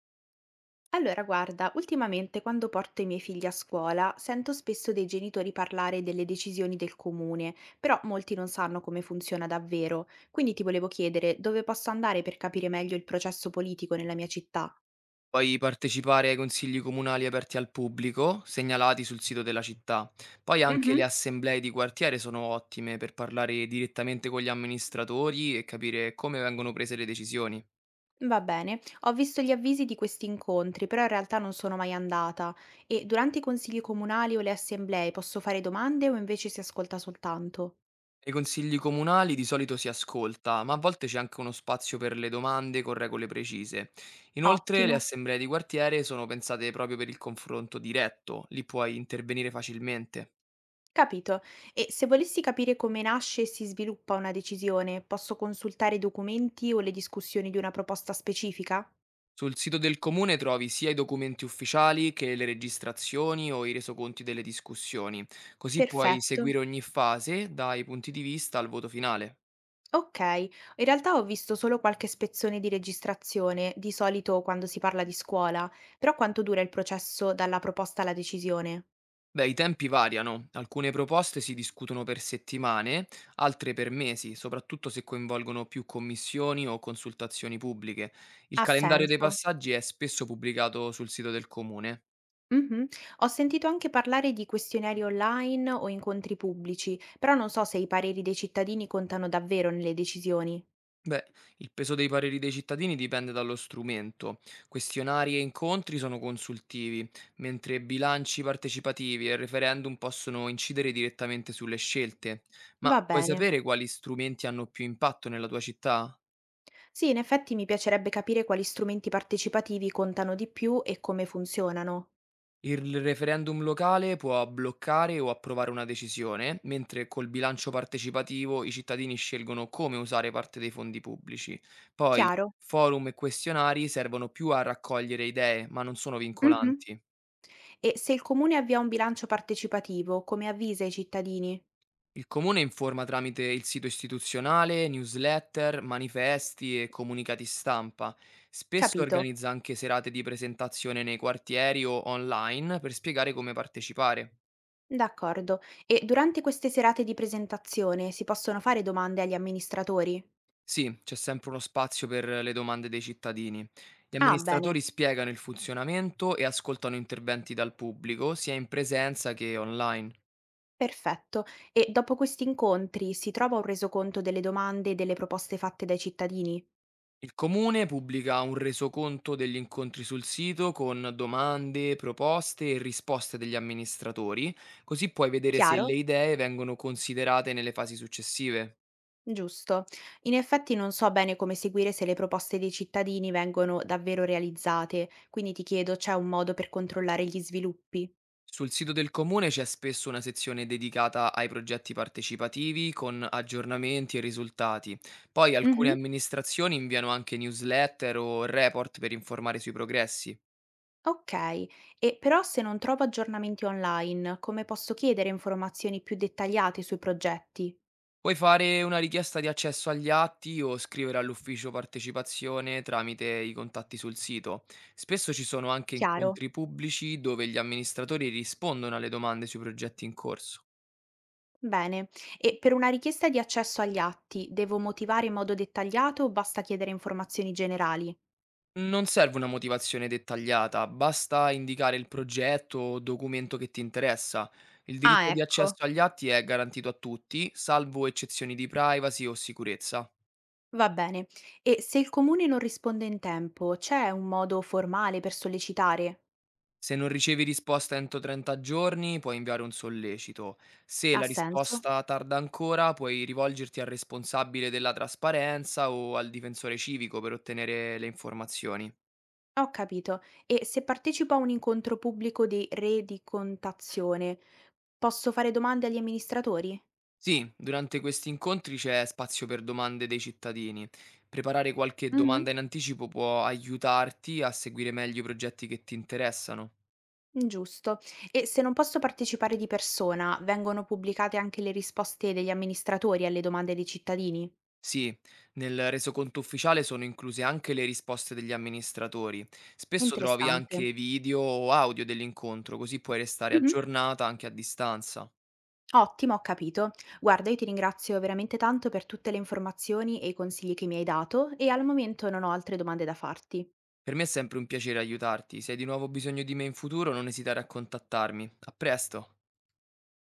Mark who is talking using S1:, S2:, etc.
S1: Allora, guarda, ultimamente quando porto i miei figli a scuola sento spesso dei genitori parlare delle decisioni del comune, però molti non sanno come funziona davvero, quindi ti volevo chiedere dove posso andare per capire meglio il processo politico nella mia città.
S2: Puoi partecipare ai consigli comunali aperti al pubblico, segnalati sul sito della città. Poi anche
S1: Mhm.
S2: le assemblee di quartiere sono ottime per parlare direttamente con gli amministratori e capire come vengono prese le decisioni.
S1: Va bene, ho visto gli avvisi di questi incontri, però in realtà non sono mai andata e durante i consigli comunali o le assemblee posso fare domande o invece si ascolta soltanto?
S2: Ai consigli comunali di solito si ascolta, ma a volte c'è anche uno spazio per le domande con regole precise. Inoltre le
S1: Ottimo.
S2: assemblee di quartiere sono pensate proprio per il confronto diretto, lì puoi intervenire facilmente.
S1: Capito. E se volessi capire come nasce e si sviluppa una decisione, posso consultare i documenti o le discussioni di una proposta specifica?
S2: Sul sito del comune trovi sia i documenti ufficiali che le registrazioni o i resoconti delle discussioni, così puoi
S1: Perfetto.
S2: seguire ogni fase dai punti di vista al voto finale.
S1: Ok, in realtà ho visto solo qualche spezzone di registrazione, di solito quando si parla di scuola, però quanto dura il processo dalla proposta alla decisione?
S2: Beh, i tempi variano, alcune proposte si discutono per settimane, altre per mesi, soprattutto se coinvolgono più commissioni o consultazioni pubbliche. Il
S1: Ha
S2: calendario dei
S1: senso.
S2: passaggi è spesso pubblicato sul sito del comune.
S1: Mhm. Ho sentito anche parlare di questionari online o incontri pubblici, però non so se i pareri dei cittadini contano davvero nelle decisioni.
S2: Beh, il peso dei pareri dei cittadini dipende dallo strumento. Questionari e incontri sono consultivi, mentre bilanci partecipativi e referendum possono incidere direttamente sulle scelte. Ma
S1: Va
S2: vuoi
S1: bene.
S2: sapere quali strumenti hanno più impatto nella tua città?
S1: Sì, in effetti mi piacerebbe capire quali strumenti partecipativi contano di più e come funzionano.
S2: Il referendum locale può bloccare o approvare una decisione, mentre col bilancio partecipativo i cittadini scelgono come usare parte dei fondi pubblici. Poi,
S1: Chiaro.
S2: forum e questionari servono più a raccogliere idee, ma non sono
S1: Mhm.
S2: vincolanti.
S1: E se il comune avvia un bilancio partecipativo, come avvisa i cittadini?
S2: Il comune informa tramite il sito istituzionale, newsletter, manifesti e comunicati stampa. Spesso
S1: Capito.
S2: organizza anche serate di presentazione nei quartieri o online per spiegare come partecipare.
S1: D'accordo. E durante queste serate di presentazione si possono fare domande agli amministratori?
S2: Sì, c'è sempre uno spazio per le domande dei cittadini. Gli
S1: Ah, bene.
S2: amministratori spiegano il funzionamento e ascoltano interventi dal pubblico, sia in presenza che online.
S1: Perfetto. E dopo questi incontri si trova un resoconto delle domande e delle proposte fatte dai cittadini?
S2: Il comune pubblica un resoconto degli incontri sul sito con domande, proposte e risposte degli amministratori, così puoi vedere se
S1: Chiaro.
S2: le idee vengono considerate nelle fasi successive.
S1: Giusto. In effetti non so bene come seguire se le proposte dei cittadini vengono davvero realizzate, quindi ti chiedo, c'è un modo per controllare gli sviluppi?
S2: Sul sito del comune c'è spesso una sezione dedicata ai progetti partecipativi con aggiornamenti e risultati. Poi alcune
S1: Mhm.
S2: amministrazioni inviano anche newsletter o report per informare sui progressi.
S1: Ok, e però se non trovo aggiornamenti online, come posso chiedere informazioni più dettagliate sui progetti?
S2: Puoi fare una richiesta di accesso agli atti o scrivere all'ufficio partecipazione tramite i contatti sul sito. Spesso ci sono anche
S1: Chiaro.
S2: incontri pubblici dove gli amministratori rispondono alle domande sui progetti in corso.
S1: Bene. E per una richiesta di accesso agli atti, devo motivare in modo dettagliato o basta chiedere informazioni generali?
S2: Non serve una motivazione dettagliata, basta indicare il progetto o documento che ti interessa. Il
S1: Ah,
S2: diritto di
S1: ecco.
S2: accesso agli atti è garantito a tutti, salvo eccezioni di privacy o sicurezza.
S1: Va bene. E se il comune non risponde in tempo, c'è un modo formale per sollecitare?
S2: Se non ricevi risposta entro 30 giorni, puoi inviare un sollecito. Se
S1: Ha
S2: la
S1: senso.
S2: risposta tarda ancora, puoi rivolgerti al responsabile della trasparenza o al difensore civico per ottenere le informazioni.
S1: Ho capito. E se partecipo a un incontro pubblico di rendicontazione, posso fare domande agli amministratori?
S2: Sì, durante questi incontri c'è spazio per domande dei cittadini. Preparare qualche
S1: Mhm.
S2: domanda in anticipo può aiutarti a seguire meglio i progetti che ti interessano.
S1: Giusto. E se non posso partecipare di persona, vengono pubblicate anche le risposte degli amministratori alle domande dei cittadini?
S2: Sì, nel resoconto ufficiale sono incluse anche le risposte degli amministratori. Spesso trovi
S1: Interessante.
S2: anche video o audio dell'incontro, così puoi restare aggiornata anche a distanza.
S1: Ottimo, ho capito. Guarda, io ti ringrazio veramente tanto per tutte le informazioni e i consigli che mi hai dato e al momento non ho altre domande da farti.
S2: Per me è sempre un piacere aiutarti. Se hai di nuovo bisogno di me in futuro, non esitare a contattarmi. A presto!